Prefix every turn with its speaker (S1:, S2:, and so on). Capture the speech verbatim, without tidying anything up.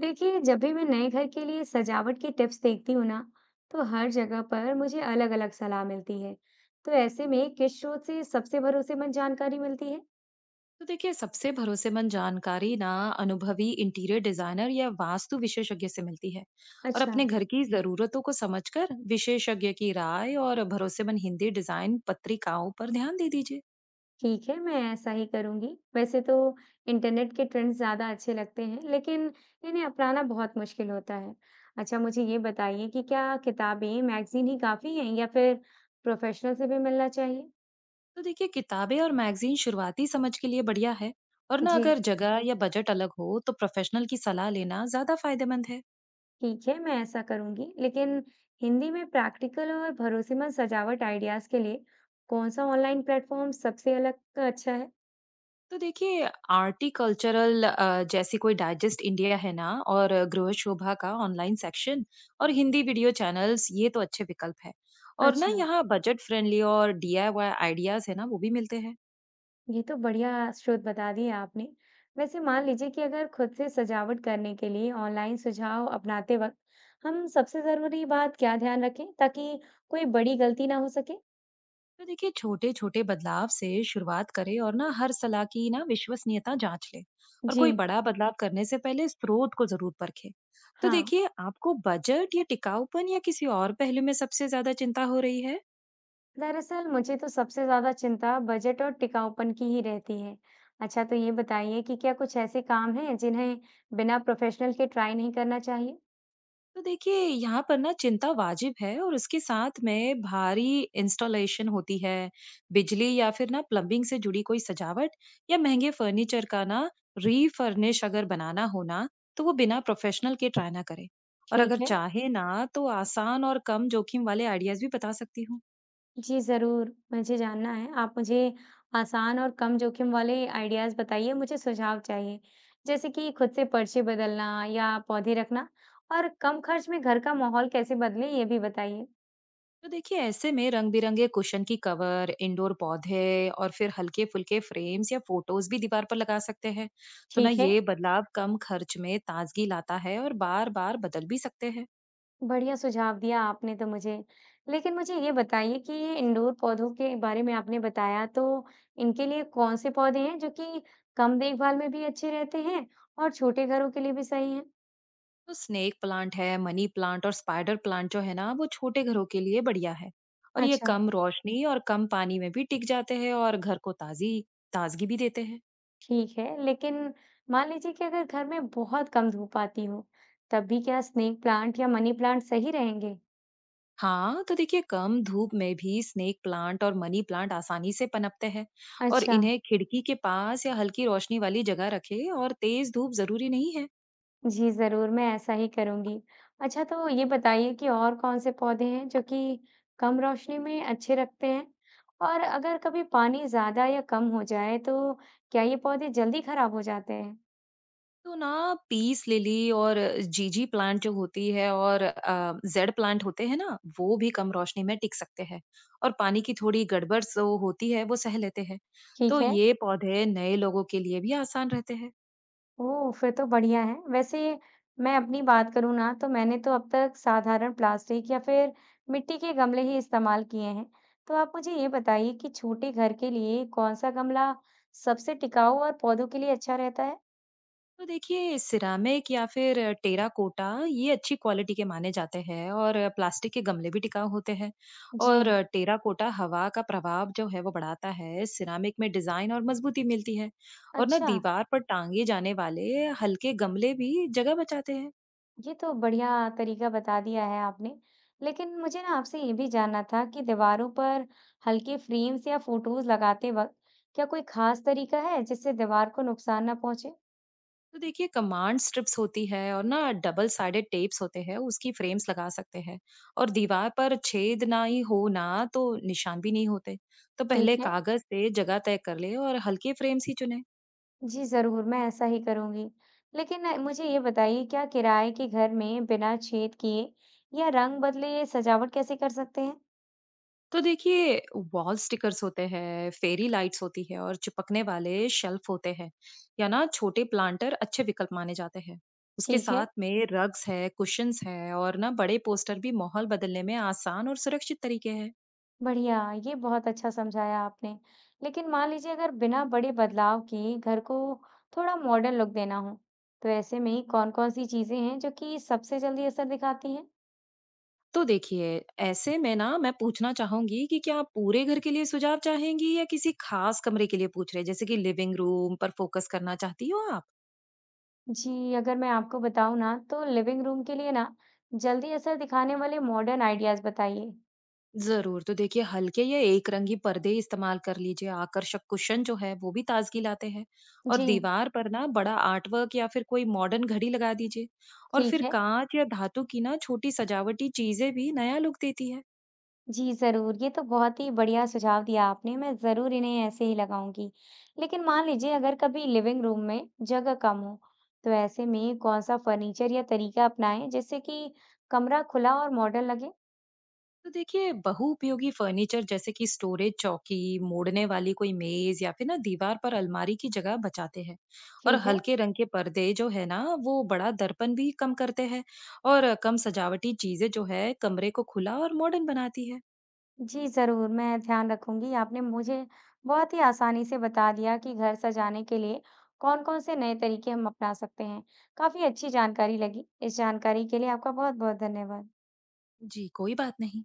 S1: देखिए जब भी मैं नए घर के लिए सजावट की टिप्स देखती हूँ ना, तो हर जगह पर मुझे अलग अलग सलाह मिलती है। तो ऐसे में किस स्रोत से सबसे भरोसेमंद जानकारी मिलती है?
S2: तो देखिए सबसे भरोसेमंद जानकारी ना अनुभवी इंटीरियर डिजाइनर या वास्तु विशेषज्ञ से मिलती है। और
S1: अच्छा।
S2: अपने घर की जरूरतों को समझकर विशेषज्ञ की राय और भरोसेमंद हिंदी डिजाइन पत्रिकाओं पर ध्यान दे दीजिए।
S1: ठीक है, मैं ऐसा ही करूंगी। वैसे तो इंटरनेट के ट्रेंड्स ज्यादा अच्छे लगते हैं, लेकिन इन्हें अपनाना बहुत मुश्किल होता है। अच्छा, मुझे ये बताइए कि क्या किताबें मैगजीन ही काफी हैं या फिर प्रोफेशनल से भी मिलना चाहिए?
S2: तो देखिए किताबें और मैगजीन शुरुआती समझ के लिए बढ़िया है। और ना
S1: जी।
S2: अगर जगह या बजट अलग हो तो प्रोफेशनल की सलाह लेना ज्यादा फायदेमंद है।
S1: ठीक है, मैं ऐसा करूंगी। लेकिन हिंदी में प्रैक्टिकल और भरोसेमंद सजावट आइडियाज के लिए कौन सा ऑनलाइन प्लेटफॉर्म सबसे अलग अच्छा है?
S2: तो देखिए आर्टिकल्चरल अ, जैसे कोई डाइजेस्ट इंडिया है ना और अ, गृह शोभा का ऑनलाइन सेक्शन और हिंदी वीडियो चैनल्स ये तो अच्छे विकल्प है। और ना
S1: अच्छा।
S2: यहाँ बजट फ्रेंडली और डी आई वाई आइडियाज है ना वो भी मिलते हैं।
S1: ये तो बढ़िया स्रोत बता दिए आपने। वैसे मान लीजिए कि अगर खुद से सजावट करने के लिए ऑनलाइन सुझाव अपनाते वक्त हम सबसे जरूरी बात क्या ध्यान रखें ताकि कोई बड़ी गलती ना हो सके?
S2: तो देखिए छोटे छोटे बदलाव से शुरुआत करें और ना हर सलाह की ना विश्वसनीयता जांच ले। और
S1: जी।
S2: कोई बड़ा बदलाव करने से पहले स्रोत को जरूर परखें। तो
S1: हाँ।
S2: देखिए आपको बजट या टिकाऊपन या किसी और पहलू में सबसे ज्यादा चिंता हो रही है।
S1: दरअसल मुझे तो सबसे ज्यादा चिंता बजट और टिकाऊपन की ही रहती है। अच्छा, तो ये बताइए कि क्या कुछ ऐसे काम हैं जिन्हें बिना प्रोफेशनल के ट्राई नहीं करना चाहिए?
S2: तो देखिए यहाँ पर ना चिंता वाजिब है और उसके साथ में भारी इंस्टॉलेशन होती है। बिजली या फिर ना प्लम्बिंग से जुड़ी कोई सजावट या महंगे फर्नीचर का ना रीफर्निश अगर बनाना हो ना तो वो बिना प्रोफेशनल के ट्राई ना करे। और अगर
S1: ठीक है।
S2: चाहे ना तो आसान और कम जोखिम वाले आइडियाज भी बता सकती हूँ।
S1: जी जरूर, मुझे जानना है। आप मुझे आसान और कम जोखिम वाले आइडियाज बताइए, मुझे सुझाव चाहिए। जैसे कि खुद से पर्चे बदलना या पौधे रखना, और कम खर्च में घर का माहौल कैसे बदले ये भी बताइए।
S2: तो देखिए ऐसे में रंग बिरंगे कुशन की कवर इंडोर पौधे और फिर हल्के फुल्के फ्रेम्स या फोटोज भी दीवार पर लगा सकते हैं। तो ना
S1: ठीक है।
S2: ये बदलाव कम खर्च में ताजगी लाता है और बार बार बदल भी सकते हैं।
S1: बढ़िया सुझाव दिया आपने तो मुझे। लेकिन मुझे ये बताइए कि ये इंडोर पौधों के बारे में आपने बताया, तो इनके लिए कौन से पौधे हैं जो कि कम देखभाल में भी अच्छे रहते हैं और छोटे घरों के लिए भी सही हैं?
S2: तो स्नेक प्लांट है मनी प्लांट और स्पाइडर प्लांट जो है ना वो छोटे घरों के लिए बढ़िया है। और ये
S1: अच्छा।
S2: कम रोशनी और कम पानी में भी टिक जाते हैं और घर को ताजी ताजगी भी देते हैं।
S1: ठीक है। लेकिन मान लीजिए कि अगर घर में बहुत कम धूप आती हो, तब भी क्या स्नेक प्लांट या मनी प्लांट सही रहेंगे?
S2: हाँ तो देखिए कम धूप में भी स्नेक प्लांट और मनी प्लांट आसानी से पनपते हैं। और
S1: अच्छा।
S2: इन्हें खिड़की के पास या हल्की रोशनी वाली जगह रखें और तेज धूप जरूरी नहीं है।
S1: जी, ज़रूर, मैं ऐसा ही करूँगी। अच्छा, तो ये बताइए कि और कौन-से पौधे हैं जो कि कम रोशनी में अच्छे रखते हैं? और अगर कभी पानी ज़्यादा या कम हो जाए, तो क्या ये पौधे जल्दी खराब हो जाते हैं?
S2: तो ना पीस लिली और जीजी प्लांट जो होती है और अ, जेड प्लांट होते हैं ना वो भी कम रोशनी में टिक सकते हैं। और पानी की थोड़ी गड़बड़ जो होती है वो सह लेते हैं। तो
S1: ठीक है।
S2: ये पौधे नए लोगों के लिए भी आसान रहते हैं।
S1: ओह! फिर तो बढ़िया है। वैसे मैं अपनी बात करूँ ना, तो मैंने तो अब तक साधारण प्लास्टिक या फिर मिट्टी के गमले ही इस्तेमाल किए हैं। तो आप मुझे ये बताइए कि छोटे घर के लिए कौन-सा गमला सबसे टिकाऊ और पौधों के लिए अच्छा रहता है?
S2: तो देखिए सिरामिक या फिर टेराकोटा ये अच्छी क्वालिटी के माने जाते हैं और प्लास्टिक के गमले भी टिकाऊ होते हैं। और
S1: जी।
S2: टेराकोटा हवा का प्रभाव जो है वो बढ़ाता है, सिरामिक में डिजाइन और मजबूती मिलती है। और ना
S1: अच्छा।
S2: दीवार पर टांगे जाने वाले हल्के गमले भी जगह बचाते हैं।
S1: ये तो बढ़िया तरीका बता दिया है आपने। लेकिन मुझे ना आपसे ये भी जानना था कि दीवारों पर हल्के फ्रेम्स या फोटोज लगाते वक्त क्या कोई खास तरीका है जिससे दीवार को नुकसान ना पहुंचे?
S2: तो देखिए कमांड स्ट्रिप्स होती है और ना डबल साइडेड टेप्स होते हैं, उसकी फ्रेम्स लगा सकते हैं। और दीवार पर छेद ना ही हो ना तो निशान भी नहीं होते। तो पहले
S1: ठीक है।
S2: कागज से जगह तय कर ले और हल्के फ्रेम्स ही चुने।
S1: जी जरूर, मैं ऐसा ही करूंगी। लेकिन अ, मुझे ये बताइए क्या किराए के घर में बिना छेद किए या रंग बदले ये सजावट कैसे कर सकते हैं?
S2: तो देखिए वॉल स्टिकर्स होते हैं, फेरी लाइट्स होती है और चिपकने वाले शेल्फ होते हैं या ना छोटे प्लांटर अच्छे विकल्प माने जाते हैं। उसके
S1: ठीक है।
S2: साथ में रग्स है, कुशंस है और ना बड़े पोस्टर भी माहौल बदलने में आसान और सुरक्षित तरीके हैं।
S1: बढ़िया, ये बहुत अच्छा समझाया आपने। लेकिन मान लीजिए अगर बिना बड़े बदलाव किए घर को थोड़ा मॉडर्न लुक देना हो, तो ऐसे में कौन-कौन सी चीजें हैं जो कि सबसे जल्दी असर दिखाती हैं?
S2: तो देखिए, ऐसे में ना मैं पूछना चाहूँगी कि क्या आप पूरे घर के लिए सुझाव चाहेंगी या किसी खास कमरे के लिए पूछ रहे हैं? जैसे कि लिविंग रूम पर फोकस करना चाहती हो आप?
S1: जी, अगर मैं आपको बताऊँ ना, तो लिविंग रूम के लिए ना जल्दी असर दिखाने वाले मॉडर्न आइडियाज़ बताइए।
S2: ज़रूर, तो देखिए हल्के या एक रंगी पर्दे इस्तेमाल कर लीजिए, आकर्षक कुशन जो है वो भी ताज़गी लाते हैं। और
S1: जी।
S2: दीवार पर ना बड़ा आर्टवर्क या फिर कोई मॉडर्न घड़ी लगा दीजिए। और
S1: ठीक
S2: फिर
S1: है।
S2: काँच या धातु की ना छोटी सजावटी चीज़ें भी नया लुक देती है।
S1: जी, ज़रूर। ये तो बहुत ही बढ़िया सुझाव दिया आपने, मैं ज़रूर इन्हें ऐसे ही लगाऊँगी। लेकिन मान लीजिए अगर कभी लिविंग रूम में जगह कम हो, तो ऐसे में कौन-सा फ़र्नीचर या तरीका अपनाएँ जिससे कि कमरा खुला और मॉडर्न लगे?
S2: तो देखिए बहुउपयोगी फर्नीचर जैसे कि स्टोरेज चौकी, मोड़ने वाली कोई मेज या फिर ना दीवार पर अलमारी की जगह बचाते हैं। और
S1: ठीक है।
S2: हल्के रंग के पर्दे जो है ना वो बड़ा दर्पण भी कम करते हैं। और कम सजावटी चीजें जो है कमरे को खुला और मॉडर्न बनाती है।
S1: जी, ज़रूर, मैं ध्यान रखूँगी। आपने मुझे बहुत ही आसानी से बता दिया कि घर सजाने के लिए कौन-कौन से नए तरीके हम अपना सकते हैं। काफ़ी अच्छी जानकारी लगी। इस जानकारी के लिए आपका बहुत-बहुत धन्यवाद।
S2: जी कोई बात नहीं।